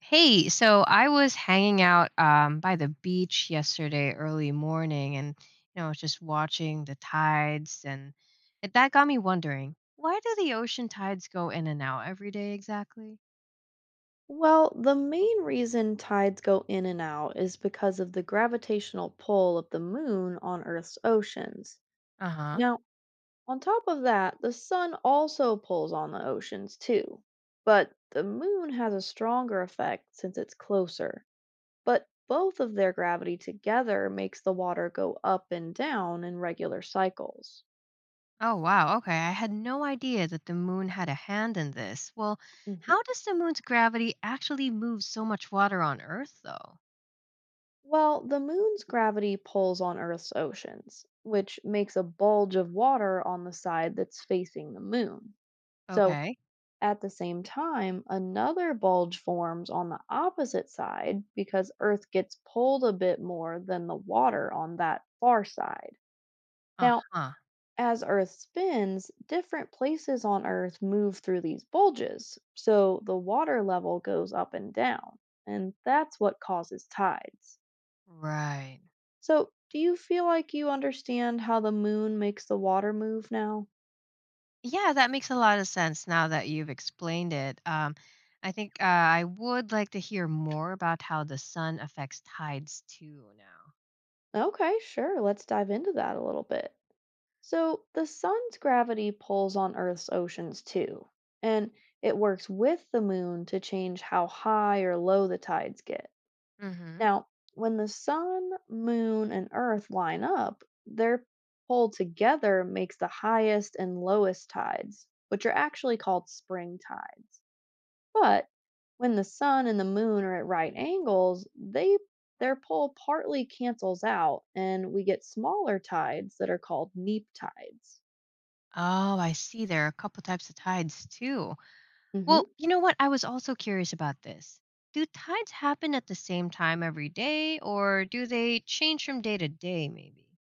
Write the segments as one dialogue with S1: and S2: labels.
S1: Hey, so I was hanging out by the beach yesterday early morning and I was just watching the tides and that got me wondering, why do the ocean tides go in and out every day exactly?
S2: Well, the main reason tides go in and out is because of the gravitational pull of the moon on Earth's oceans.
S1: Uh-huh.
S2: Now, on top of that, the sun also pulls on the oceans too. But the moon has a stronger effect since it's closer. But both of their gravity together makes the water go up and down in regular cycles.
S1: Oh, wow. Okay. I had no idea that the moon had a hand in this. Well,
S2: Mhm.
S1: how does the moon's gravity actually move so much water on Earth, though?
S2: Well, the moon's gravity pulls on Earth's oceans, which makes a bulge of water on the side that's facing the moon. So,
S1: Okay.
S2: at the same time, another bulge forms on the opposite side because Earth gets pulled a bit more than the water on that far side. Now,
S1: Uh-huh.
S2: as Earth spins, different places on Earth move through these bulges, so the water level goes up and down, and that's what causes tides.
S1: Right.
S2: So, do you feel like you understand how the moon makes the water move now?
S1: Yeah, that makes a lot of sense now that you've explained it. I think I would like to hear more about how the sun affects tides too now.
S2: Okay, sure. Let's dive into that a little bit. So, the sun's gravity pulls on Earth's oceans too, and it works with the moon to change how high or low the tides get.
S1: Hmm.
S2: Now, when the sun, moon, and Earth line up, their pull together makes the highest and lowest tides, which are actually called spring tides. But when the sun and the moon are at right angles, they their pull partly cancels out and we get smaller tides that are called neap tides.
S1: Oh, I see. There are a couple types of tides too.
S2: Mhm.
S1: Well, you know what? I was also curious about this. Do tides happen at the same time every day, or do they change from day to day, maybe?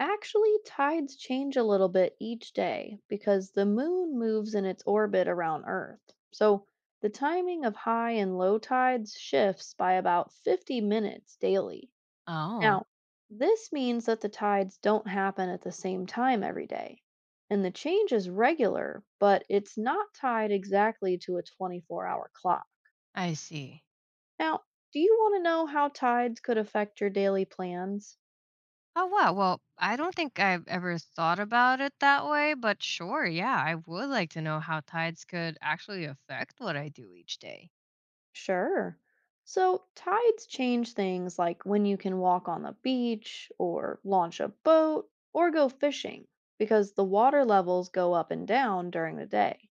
S2: Actually, tides change a little bit each day because the moon moves in its orbit around Earth. So the timing of high and low tides shifts by about 50 minutes daily.
S1: Oh,
S2: Now, this means that the tides don't happen at the same time every day, and the change is regular, but it's not tied exactly to a 24-hour clock.
S1: I see.
S2: Now, do you want to know how tides could affect your daily plans?
S1: Oh, wow. Well, I don't think I've ever thought about it that way, but sure, yeah, I would like to know how tides could actually affect what I do each day.
S2: Sure. So, tides change things like when you can walk on the beach, or launch a boat, or go fishing, because the water levels go up and down during the day.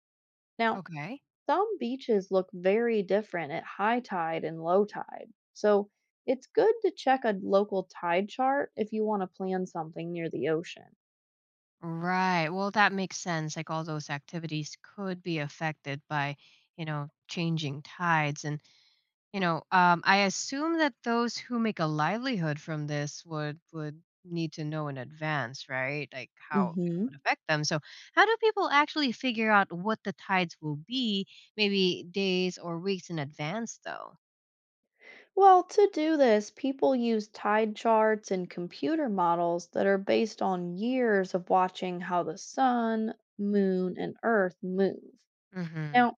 S2: Now,
S1: Okay.
S2: some beaches look very different at high tide and low tide, so it's good to check a local tide chart if you want to plan something near the ocean.
S1: Right. Well, that makes sense. Like all those activities could be affected by changing tides. And I assume that those who make a livelihood from this would need to know in advance, right? Like how it would
S2: Hmm
S1: affect them. So, how do people actually figure out what the tides will be, maybe days or weeks in advance, though?
S2: Well, to do this, people use tide charts and computer models that are based on years of watching how the sun, moon, and earth move.
S1: Mm-hmm.
S2: Now,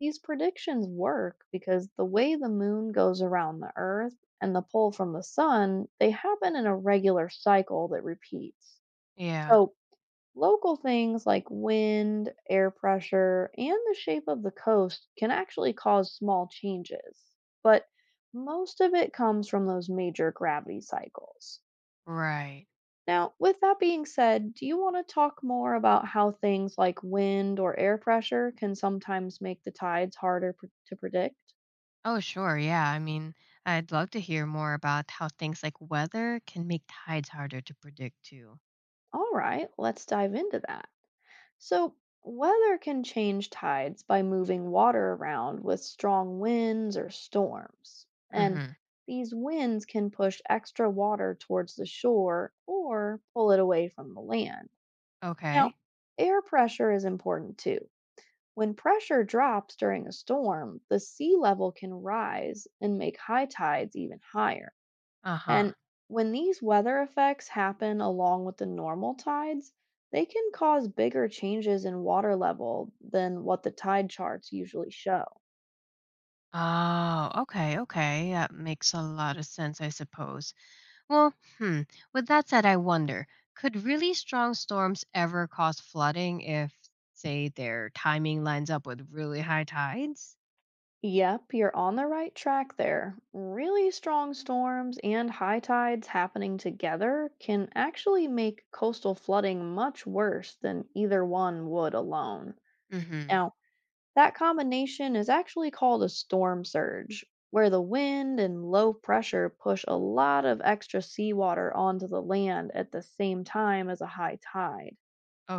S2: these predictions work because the way the moon goes around the earth and the pull from the sun, they happen in a regular cycle that repeats.
S1: Yeah,
S2: So, local things like wind, air pressure, and the shape of the coast can actually cause small changes, but most of it comes from those major gravity cycles.
S1: right.
S2: Now, with that being said, do you want to talk more about how things like wind or air pressure can sometimes make the tides harder to predict?
S1: Oh, sure. Yeah. I mean, I'd love to hear more about how things like weather can make tides harder to predict, too.
S2: All right, let's dive into that. So, weather can change tides by moving water around with strong winds or storms. And
S1: Mm-hmm.
S2: these winds can push extra water towards the shore or pull it away from the land. Now,
S1: Okay.
S2: air pressure is important too. When pressure drops during a storm, the sea level can rise and make high tides even higher.
S1: Uh huh.
S2: And when these weather effects happen along with the normal tides, they can cause bigger changes in water level than what the tide charts usually show.
S1: Oh, okay, okay. That makes a lot of sense, I suppose. Well, hmm. With that said, I wonder, could really strong storms ever cause flooding if, say, their timing lines up with really high tides?
S2: Yep, you're on the right track there. Really strong storms and high tides happening together can actually make coastal flooding much worse than either one would alone.
S1: Mm-hmm.
S2: Now, that combination is actually called a storm surge, where the wind and low pressure push a lot of extra seawater onto the land at the same time as a high tide.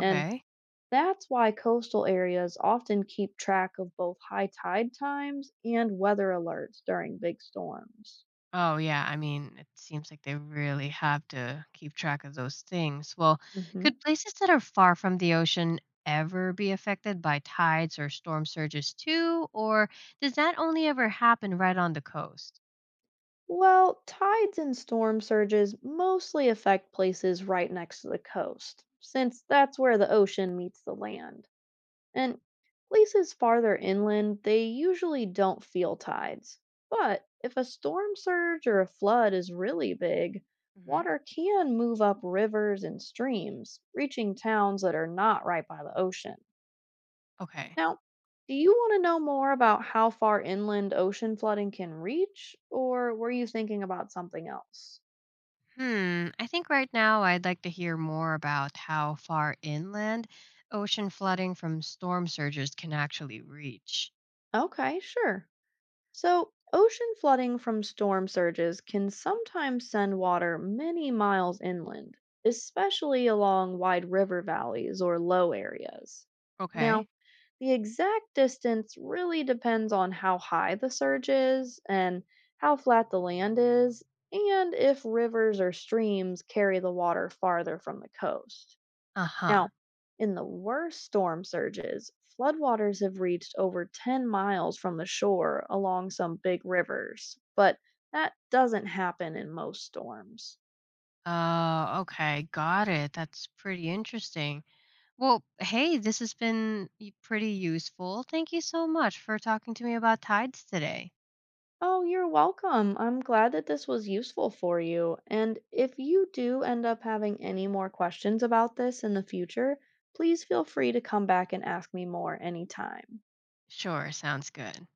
S2: And that's why coastal areas often keep track of both high tide times and weather alerts during big storms.
S1: Oh, yeah. I mean, it seems like they really have to keep track of those things. Well,
S2: Hmm
S1: could places that are far from the ocean ever be affected by tides or storm surges too? Or does that only ever happen right on the coast?
S2: Well, tides and storm surges mostly affect places right next to the coast, since that's where the ocean meets the land. And places farther inland, they usually don't feel tides. But if a storm surge or a flood is really big,
S1: Hmm.
S2: water can move up rivers and streams, reaching towns that are not right by the ocean.
S1: Okay.
S2: Now, do you want to know more about how far inland ocean flooding can reach, or were you thinking about something else?
S1: Hmm. I think right now I'd like to hear more about how far inland ocean flooding from storm surges can actually reach.
S2: Okay, sure. So, ocean flooding from storm surges can sometimes send water many miles inland, especially along wide river valleys or low areas. Now,
S1: Okay.
S2: the exact distance really depends on how high the surge is and how flat the land is, and if rivers or streams carry the water farther from the coast.
S1: Uh huh.
S2: Now, in the worst storm surges, floodwaters have reached over 10 miles from the shore along some big rivers, but that doesn't happen in most storms.
S1: Okay. Got it. That's pretty interesting. Well, hey, this has been pretty useful. Thank you so much for talking to me about tides today.
S2: Oh, you're welcome. I'm glad that this was useful for you. And if you do end up having any more questions about this in the future, please feel free to come back and ask me more anytime.
S1: Sure. Sounds good.